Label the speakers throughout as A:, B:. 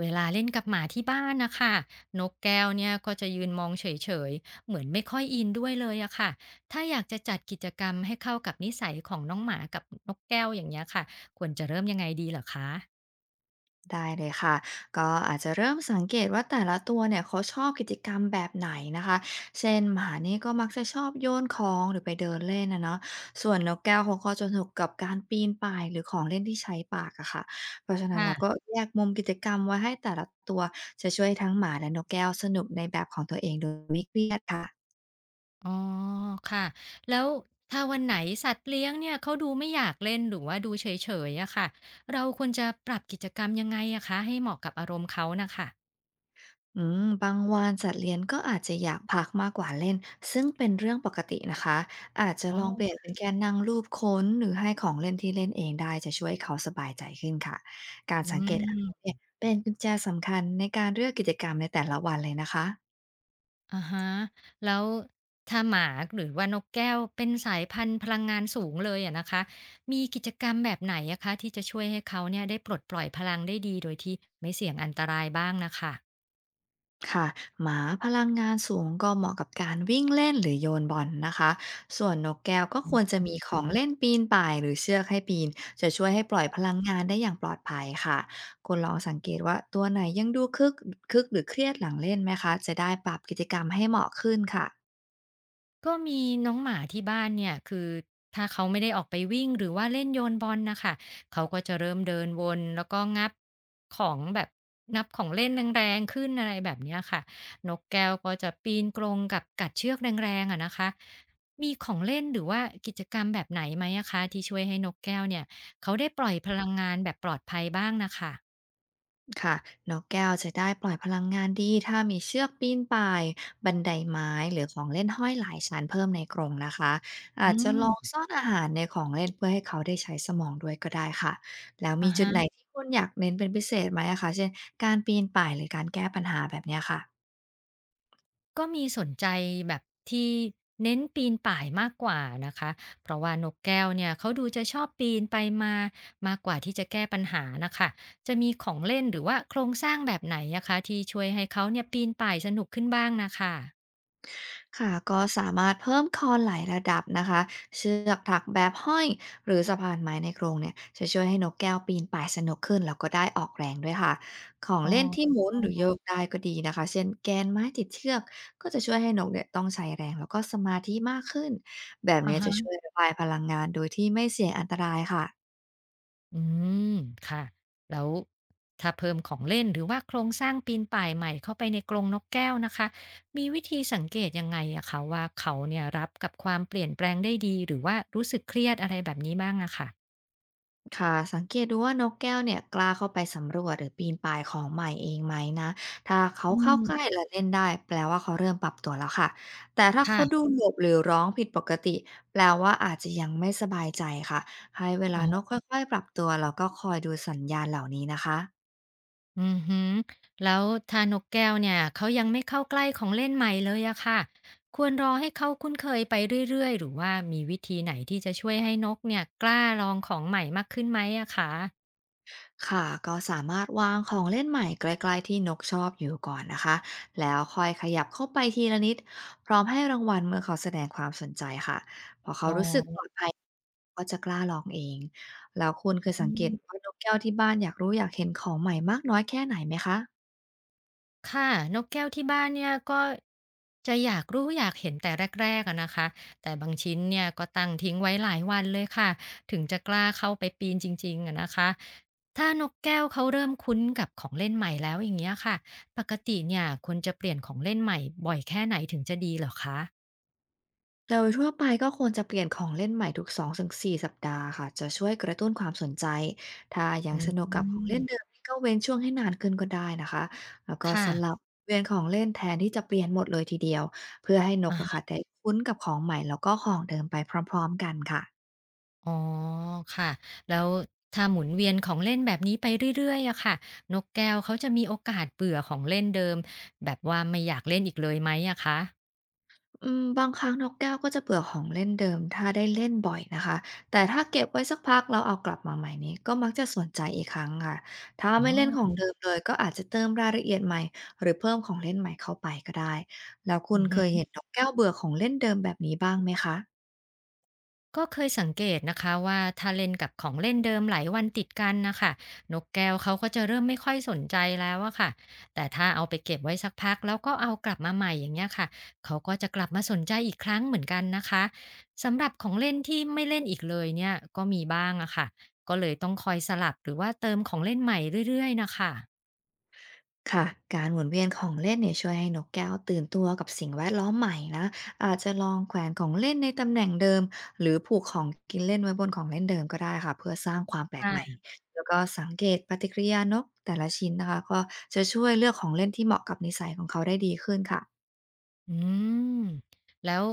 A: เวลาเล่นกับหมาที่บ้านนะคะนกแก้วเนี่ยก็จะยืนมองเฉยๆเหมือนไม่ค่อยอินด้วยเลยอะค่ะถ้าอยากจะจัดกิจกรรมให้เข้ากับนิสัยของน้องหมากับนกแก้วอย่างเงี้ยค่ะควรจะเริ่มยังไงดีเหรอคะ
B: ได้เลยค่ะก็อาจจะเริ่มสังเกตว่าแต่ละตัวเนี่ยเขาชอบกิจกรรมแบบไหนนะคะเช่นหมานี่ก็มักจะชอบโยนของหรือไปเดินเล่นนะเนาะส่วนนกแก้วเขาก็จะสนุกกับการปีนป่ายหรือของเล่นที่ใช้ปากอะค่ะเพราะฉะนั้นเราก็
A: ค่ะ
B: แยกมุมกิจกรรมไว้ให้แต่ละตัวจะช่วยทั้งหมาและนกแก้วสนุกในแบบของตัวเองโดยไม่เครียดค่ะ
A: อ๋อค่ะแล้วถ้าวันไหนสัตว์เลี้ยงเนี่ยเขาดูไม่อยากเล่นหรือว่าดูเฉยๆอะค่ะเราควรจะปรับกิจกรรมยังไงอะคะให้เหมาะกับอารมณ์เขานะคะ
B: บางวันสัตว์เลี้ยงก็อาจจะอยากพักมากกว่าเล่นซึ่งเป็นเรื่องปกตินะคะอาจจะ
A: อ๋
B: ล
A: อ
B: องเปลี่ยนเป็นการนั่งรูปค้นหรือให้ของเล่นที่เล่นเองได้จะช่วยเขาสบายใจขึ้นค่ะการ
A: อื
B: สังเกตอารมณ์
A: ม
B: เนี่ยเป็นกุญแจสำคัญในการเลือกกิจกรรมในแต่ละวันเลยนะคะ
A: อะฮะแล้วถ้าหมาหรือว่านกแก้วเป็นสายพันธุ์พลังงานสูงเลยอะนะคะมีกิจกรรมแบบไหนอะคะที่จะช่วยให้เขาเนี่ยได้ปลดปล่อยพลังได้ดีโดยที่ไม่เสี่ยงอันตรายบ้างนะคะ
B: ค่ะหมาพลังงานสูงก็เหมาะกับการวิ่งเล่นหรือโยนบอลนะคะส่วนนกแก้วก็ควรจะมีของเล่นปีนป่ายหรือเชือกให้ปีนจะช่วยให้ปล่อยพลังงานได้อย่างปลอดภัยค่ะคุณลองสังเกตว่าตัวไหนยังดูคึกหรือเครียดหลังเล่นไหมคะจะได้ปรับกิจกรรมให้เหมาะขึ้นค่ะ
A: ก็มีน้องหมาที่บ้านเนี่ยคือถ้าเขาไม่ได้ออกไปวิ่งหรือว่าเล่นโยนบอลนะค่ะเขาก็จะเริ่มเดินวนแล้วก็งับของแบบงับของเล่นแรงๆขึ้นอะไรแบบเนี้ยค่ะนกแก้วก็จะปีนกรงกับกัดเชือกแรงๆอะนะคะมีของเล่นหรือว่ากิจกรรมแบบไหนไหมอะคะที่ช่วยให้นกแก้วเนี่ยเขาได้ปล่อยพลังงานแบบปลอดภัยบ้างนะคะ
B: ค่ะนกแก้วจะได้ปล่อยพลังงานดีถ้ามีเชือกปีนป่ายบันไดไม้หรือของเล่นห้อยหลายชั้นเพิ่มในกรงนะคะอา
A: อื
B: จจะลอง
A: ม
B: ซ่อนอาหารในของเล่นเพื่อให้เขาได้ใช้สมองด้วยก็ได้ค่ะแล้วมี
A: อะ
B: จุดไหน
A: ฮะ
B: ที่คุณอยากเน้นเป็นพิเศษไหมอะคะเช่นการปีนป่ายหรือการแก้ปัญหาแบบเนี้ยค่ะ
A: ก็มีสนใจแบบที่เน้นปีนป่ายมากกว่านะคะเพราะว่านกแก้วเนี่ยเขาดูจะชอบปีนไปมามากกว่าที่จะแก้ปัญหานะคะจะมีของเล่นหรือว่าโครงสร้างแบบไหนนะคะที่ช่วยให้เขาเนี่ยปีนป่ายสนุกขึ้นบ้างนะคะ
B: ค่ะก็สามารถเพิ่มคอนไหลายระดับนะคะเชือกถักแบบห้อยหรือสะพานไม้ในกรงเนี่ยจะช่วยให้นกแก้วปีนป่ายสนุกขึ้นแล้วก็ได้ออกแรงด้วยค่ะของ
A: อ๋
B: เล่นที่ห
A: อ
B: มุนหรือโยกได้ก็ดีนะคะเช่นแกนไม้ติดเชือกก็จะช่วยให้นกเนี่ยต้องใช้แรงแล้วก็สมาธิมากขึ้นแบบ
A: อะ
B: นี้จะช่
A: ฮะ
B: วยระบายพลังงานโดยที่ไม่เสี่ยงอันตรายค่ะ
A: อืมค่ะแล้วถ้าเพิ่มของเล่นหรือว่าโครงสร้างปีนป่ายใหม่เข้าไปในกรงนกแก้วนะคะมีวิธีสังเกตยังไงอะคะว่าเขาเนี่ยรับกับความเปลี่ยนแปลงได้ดีหรือว่ารู้สึกเครียดอะไรแบบนี้บ้างอะค่ะ
B: ค่ะสังเกตดูว่านกแก้วเนี่ยกล้าเข้าไปสำรวจหรือปีนป่ายของใหม่เองไหมนะถ้าเขา
A: อื
B: เข้าใกล้
A: ม
B: และเล่นได้แปลว่าเขาเริ่มปรับตัวแล้วค่ะแต่ถ้า
A: ค่ะ
B: เขาดูหลบหรือร้องผิดปกติแปลว่าอาจจะยังไม่สบายใจค่ะให้เวลา
A: อ๋
B: นก
A: อ
B: ค่อยๆปรับตัวแล้วก็คอยดูสัญญาณเหล่านี้นะคะ
A: อือหือแล้วถ้านกแก้วเนี่ยเขายังไม่เข้าใกล้ของเล่นใหม่เลยอะค่ะควรรอให้เขาคุ้นเคยไปเรื่อยๆหรือว่ามีวิธีไหนที่จะช่วยให้นกเนี่ยกล้าลองของใหม่มากขึ้นไหมอะคะ
B: ค่ะก็สามารถวางของเล่นใหม่ใกล้ๆที่นกชอบอยู่ก่อนนะคะแล้วค่อยขยับเข้าไปทีละนิดพร้อมให้รางวัลเมื่อเขาแสดงความสนใจค่ะพอเขา
A: อ๋
B: รู้สึกปลอด
A: อ
B: ภัยก็จะกล้าลองเองแล้วคุณเคยสังเกตว่านกแก้วที่บ้านอยากรู้อยากเห็นของใหม่มากน้อยแค่ไหนไหมคะ
A: ค่ะนกแก้วที่บ้านเนี่ยก็จะอยากรู้อยากเห็นแต่แรกๆอะนะคะแต่บางชิ้นเนี่ยก็ตั้งทิ้งไว้หลายวันเลยค่ะถึงจะกล้าเข้าไปปีนจริงๆอะนะคะถ้านกแก้วเขาเริ่มคุ้นกับของเล่นใหม่แล้วอย่างเงี้ยค่ะปกติเนี่ยควรจะเปลี่ยนของเล่นใหม่บ่อยแค่ไหนถึงจะดีเหรอคะ
B: โดยทั่วไปก็ควรจะเปลี่ยนของเล่นใหม่ทุก2-4สสัปดาห์ค่ะจะช่วยกระตุ้นความสนใจถ้ายัง
A: อื
B: สนุก
A: ม
B: กับของเล่นเดิมนี่ก็เว้นช่วงให้นานขึ้นก็ได้นะคะแล้วก็ส
A: ค่ะ
B: ลับเวียนของเล่นแทนที่จะเปลี่ยนหมดเลยทีเดียวเพื่อให้นกอะค่ะได้คุ้นกับของใหม่แล้วก็ของเดิมไปพร้อมๆกันค่ะ
A: อ๋อค่ะแล้วถ้าหมุนเวียนของเล่นแบบนี้ไปเรื่อยๆอะค่ะนกแก้วเขาจะมีโอกาสเบื่อของเล่นเดิมแบบว่าไม่อยากเล่นอีกเลยไหมอะคะ
B: บางครั้งนกแก้วก็จะเบื่อของเล่นเดิมถ้าได้เล่นบ่อยนะคะแต่ถ้าเก็บไว้สักพักแล้วเอากลับมาใหม่นี้ก็มักจะสนใจอีกครั้งค่ะถ้า
A: อ๋
B: ไม่เล่นของ
A: อ
B: เดิมเลยก็อาจจะเติมรายละเอียดใหม่หรือเพิ่มของเล่นใหม่เข้าไปก็ได้แล้วคุ
A: อื
B: ณ
A: อ
B: เคย
A: ฮึ
B: เห็นนกแก้วเบื่อของเล่นเดิมแบบนี้บ้างไหมคะ
A: ก็เคยสังเกตนะคะว่าถ้าเล่นกับของเล่นเดิมหลายวันติดกันนะคะนกแก้วเขาก็จะเริ่มไม่ค่อยสนใจแล้วอะค่ะแต่ถ้าเอาไปเก็บไว้สักพักแล้วก็เอากลับมาใหม่อย่างเงี้ยค่ะเขาก็จะกลับมาสนใจอีกครั้งเหมือนกันนะคะสำหรับของเล่นที่ไม่เล่นอีกเลยเนี่ยก็มีบ้างอะค่ะก็เลยต้องคอยสลับหรือว่าเติมของเล่นใหม่เรื่อยๆนะคะ
B: ค่ะการหมุนเวียนของเล่นเนี่ยช่วยให้นกแก้วตื่นตัวกับสิ่งแวดล้อมใหม่นะอาจจะลองแขวนของเล่นในตำแหน่งเดิมหรือผูกของกินเล่นไว้บนของเล่นเดิมก็ได้ค่ะเพื่อสร้างความแปลกใหม่
A: ค่ะ
B: แล้วก็สังเกตปฏิกิริยานกแต่ละชิ้นนะคะก็จะช่วยเลือกของเล่นที่เหมาะกับนิสัยของเขาได้ดีขึ้นค่ะ
A: อืมแล้ว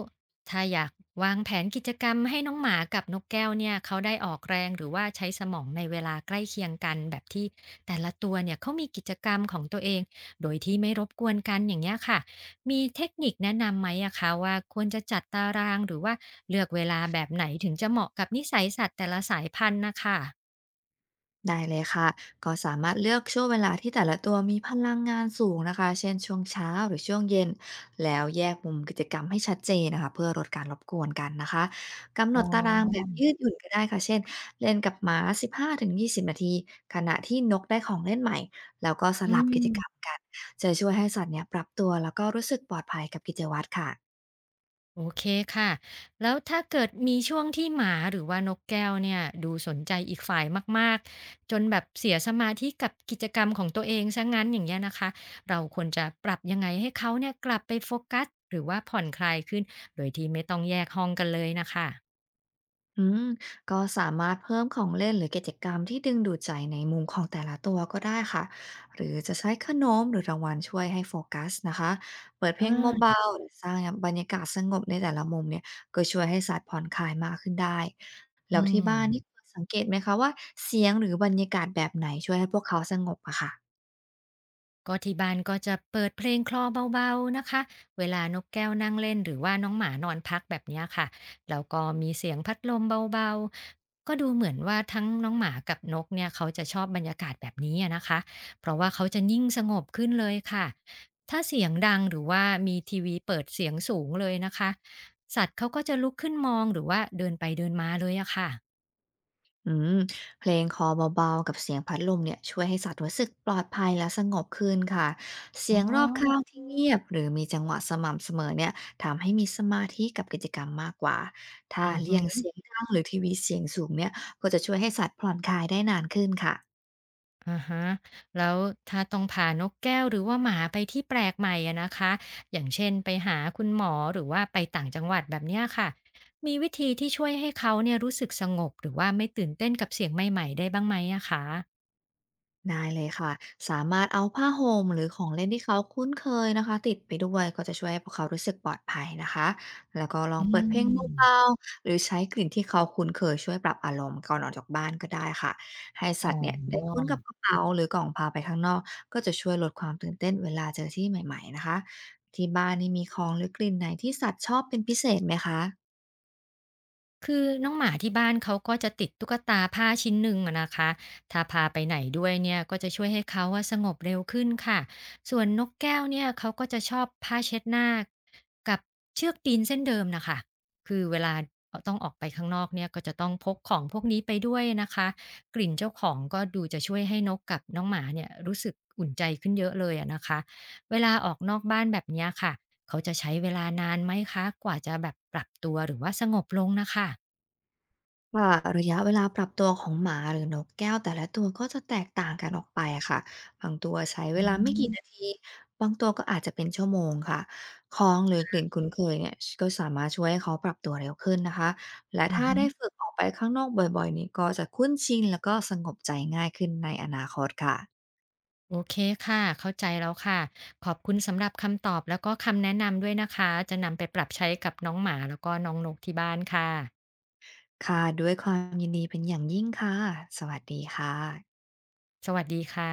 A: ถ้าอยากวางแผนกิจกรรมให้น้องหมากับนกแก้วเนี่ยเขาได้ออกแรงหรือว่าใช้สมองในเวลาใกล้เคียงกันแบบที่แต่ละตัวเนี่ยเขามีกิจกรรมของตัวเองโดยที่ไม่รบกวนกันอย่างเงี้ยค่ะมีเทคนิคแนะนำไหมอะคะว่าควรจะจัดตารางหรือว่าเลือกเวลาแบบไหนถึงจะเหมาะกับนิสัยสัตว์แต่ละสายพันธุ์นะคะ
B: ได้เลยค่ะ ก็สามารถเลือกช่วงเวลาที่แต่ละตัวมีพลังงานสูงนะคะ เช่นช่วงเช้าหรือช่วงเย็นแล้วแยกมุมกิจกรรมให้ชัดเจนนะคะเพื่อลดการรบกวนกันนะคะกำหน
A: อ๋
B: ดตารางแบบ
A: อ
B: ยืดหยุ่นก็ได้ค่ะเช่นเล่นกับหมา15-20นาทีขณะที่นกได้ของเล่นใหม่แล้วก็ส
A: อื
B: ลับกิจกรรม
A: ม
B: กันจะช่วยให้สัตว์เนี่ยปรับตัวแล้วก็รู้สึกปลอดภัยกับกิจวัตรค่ะ
A: โอเคค่ะ แล้วถ้าเกิดมีช่วงที่หมาหรือว่านกแก้วเนี่ยดูสนใจอีกฝ่ายมากๆจนแบบเสียสมาธิกับกิจกรรมของตัวเองซะงั้นอย่างเงี้ยนะคะเราควรจะปรับยังไงให้เขาเนี่ยกลับไปโฟกัสหรือว่าผ่อนคลายขึ้นโดยที่ไม่ต้องแยกห้องกันเลยนะคะ
B: อืมก็สามารถเพิ่มของเล่นหรือกิจกรรมที่ดึงดูดใจในมุมของแต่ละตัวก็ได้ค่ะหรือจะใช้ขนมหรือรางวัลช่วยให้โฟกัสนะคะเปิดเพ
A: อ
B: ลง
A: า
B: เบาๆหรือสร้างบรรยากาศสงบในแต่ละมุมเนี่ยก็ช่วยให้สัตว์ผ่อนคลายมากขึ้นได้
A: อื
B: แล้วที่บ้านนี่เค
A: ม
B: ยสังเกตไหมคะว่าเสียงหรือบรรยากาศแบบไหนช่วยให้พวกเขาสงบอะค่ะ
A: ก็ที่บ้านก็จะเปิดเพลงคลอเบาๆนะคะเวลานกแก้วนั่งเล่นหรือว่าน้องหมานอนพักแบบเนี้ยค่ะแล้วก็มีเสียงพัดลมเบาๆก็ดูเหมือนว่าทั้งน้องหมากับนกเนี่ยเขาจะชอบบรรยากาศแบบนี้อะนะคะเพราะว่าเขาจะนิ่งสงบขึ้นเลยค่ะถ้าเสียงดังหรือว่ามีทีวีเปิดเสียงสูงเลยนะคะสัตว์เขาก็จะลุกขึ้นมองหรือว่าเดินไปเดินมาเลยอะค่ะ
B: อืมเพลงคลอเบาๆกับเสียงพัดลมเนี่ยช่วยให้สัตว์รู้สึกปลอดภัยและสงบขึ้นค่ะเสี
A: อ๋
B: ยงรอบข้าง
A: อ
B: ที่เงียบหรือมีจังหวะสม่ำเสมอเนี่ยทำให้มีสมาธิกับกิจกรรมมากกว่าถ้า
A: อือ
B: เลี่
A: ฮึ
B: ยงเสียงดังหรือทีวีเสียงสูงเนี่ยก็จะช่วยให้สัตว์ผ่อนคลายได้นานขึ้นค่ะ
A: อาฮะแล้วถ้าต้องพานกแก้วหรือว่าหมาไปที่แปลกใหม่อะนะคะอย่างเช่นไปหาคุณหมอหรือว่าไปต่างจังหวัดแบบเนี้ยค่ะมีวิธีที่ช่วยให้เขาเนี่ยรู้สึกสงบหรือว่าไม่ตื่นเต้นกับเสียงใหม่ๆได้บ้างไหมอะคะ
B: ได้เลยค่ะสามารถเอาผ้าห่มหรือของเล่นที่เขาคุ้นเคยนะคะติดไปด้วยก็จะช่วยให้พวกเขารู้สึกปลอดภัยนะคะ แล้วก็ลอง
A: อื
B: เปิดเพลงเบา
A: ม
B: ๆหรือใช้กลิ่นที่เขาคุ้นเคยช่วยปรับอารมณ์ก่อนออกจากบ้านก็ได้ค่ะ ให้
A: อ๋
B: สัตว์เนี่ยได้คุ้นกับ
A: อ
B: กระเป๋าหรือกล่องพาไปข้างนอกก็จะช่วยลดความตื่นเต้นเวลาเจอที่ใหม่ๆนะคะ ที่บ้านนี่มีของหรือกลิ่นไหนที่สัตว์ชอบเป็นพิเศษไหมคะ
A: คือน้องหมาที่บ้านเขาก็จะติดตุ๊กตาผ้าชิ้นหนึ่งอะนะคะถ้าพาไปไหนด้วยเนี่ยก็จะช่วยให้เขาว่าสงบเร็วขึ้นค่ะส่วนนกแก้วเนี่ยเขาก็จะชอบผ้าเช็ดหน้ากับเชือกตีนเส้นเดิมนะคะคือเวลาต้องออกไปข้างนอกเนี่ยก็จะต้องพกของพวกนี้ไปด้วยนะคะ กลิ่นเจ้าของก็ดูจะช่วยให้นกกับน้องหมาเนี่ยรู้สึกอุ่นใจขึ้นเยอะเลยอะนะคะเวลาออกนอกบ้านแบบเนี้ยค่ะ เขาจะใช้เวลานานไหมคะกว่าจะแบบปรับตัวหรือว่าสงบลงนะค่ะ
B: ค่ะระยะเวลาปรับตัวของหมาหรือนกแก้วแต่ละตัวก็จะแตกต่างกันออกไปอะค่ะบางตัวใช้เว
A: อื
B: ลาไม่กี่
A: ม
B: นาทีบางตัวก็อาจจะเป็นชั่วโมงค่ะคล้องหรือกลิ่นคุ้นเคยเนี่ยก็สามารถช่วยให้เขาปรับตัวเร็วขึ้นนะคะและ
A: อือ
B: ถ้า
A: ฮึ
B: ได้ฝึกออกไปข้างนอกบ่อยๆนี่ก็จะคุ้นชินแล้วก็สงบใจง่ายขึ้นในอนาคตค่ะ
A: โอเคค่ะเข้าใจแล้วค่ะขอบคุณสำหรับคำตอบแล้วก็คำแนะนำด้วยนะคะจะนำไปปรับใช้กับน้องหมาแล้วก็น้องนกที่บ้านค่ะ
B: ค่ะด้วยความยินดีเป็นอย่างยิ่งค่ะสวัสดีค่ะ
A: สวัสดีค่ะ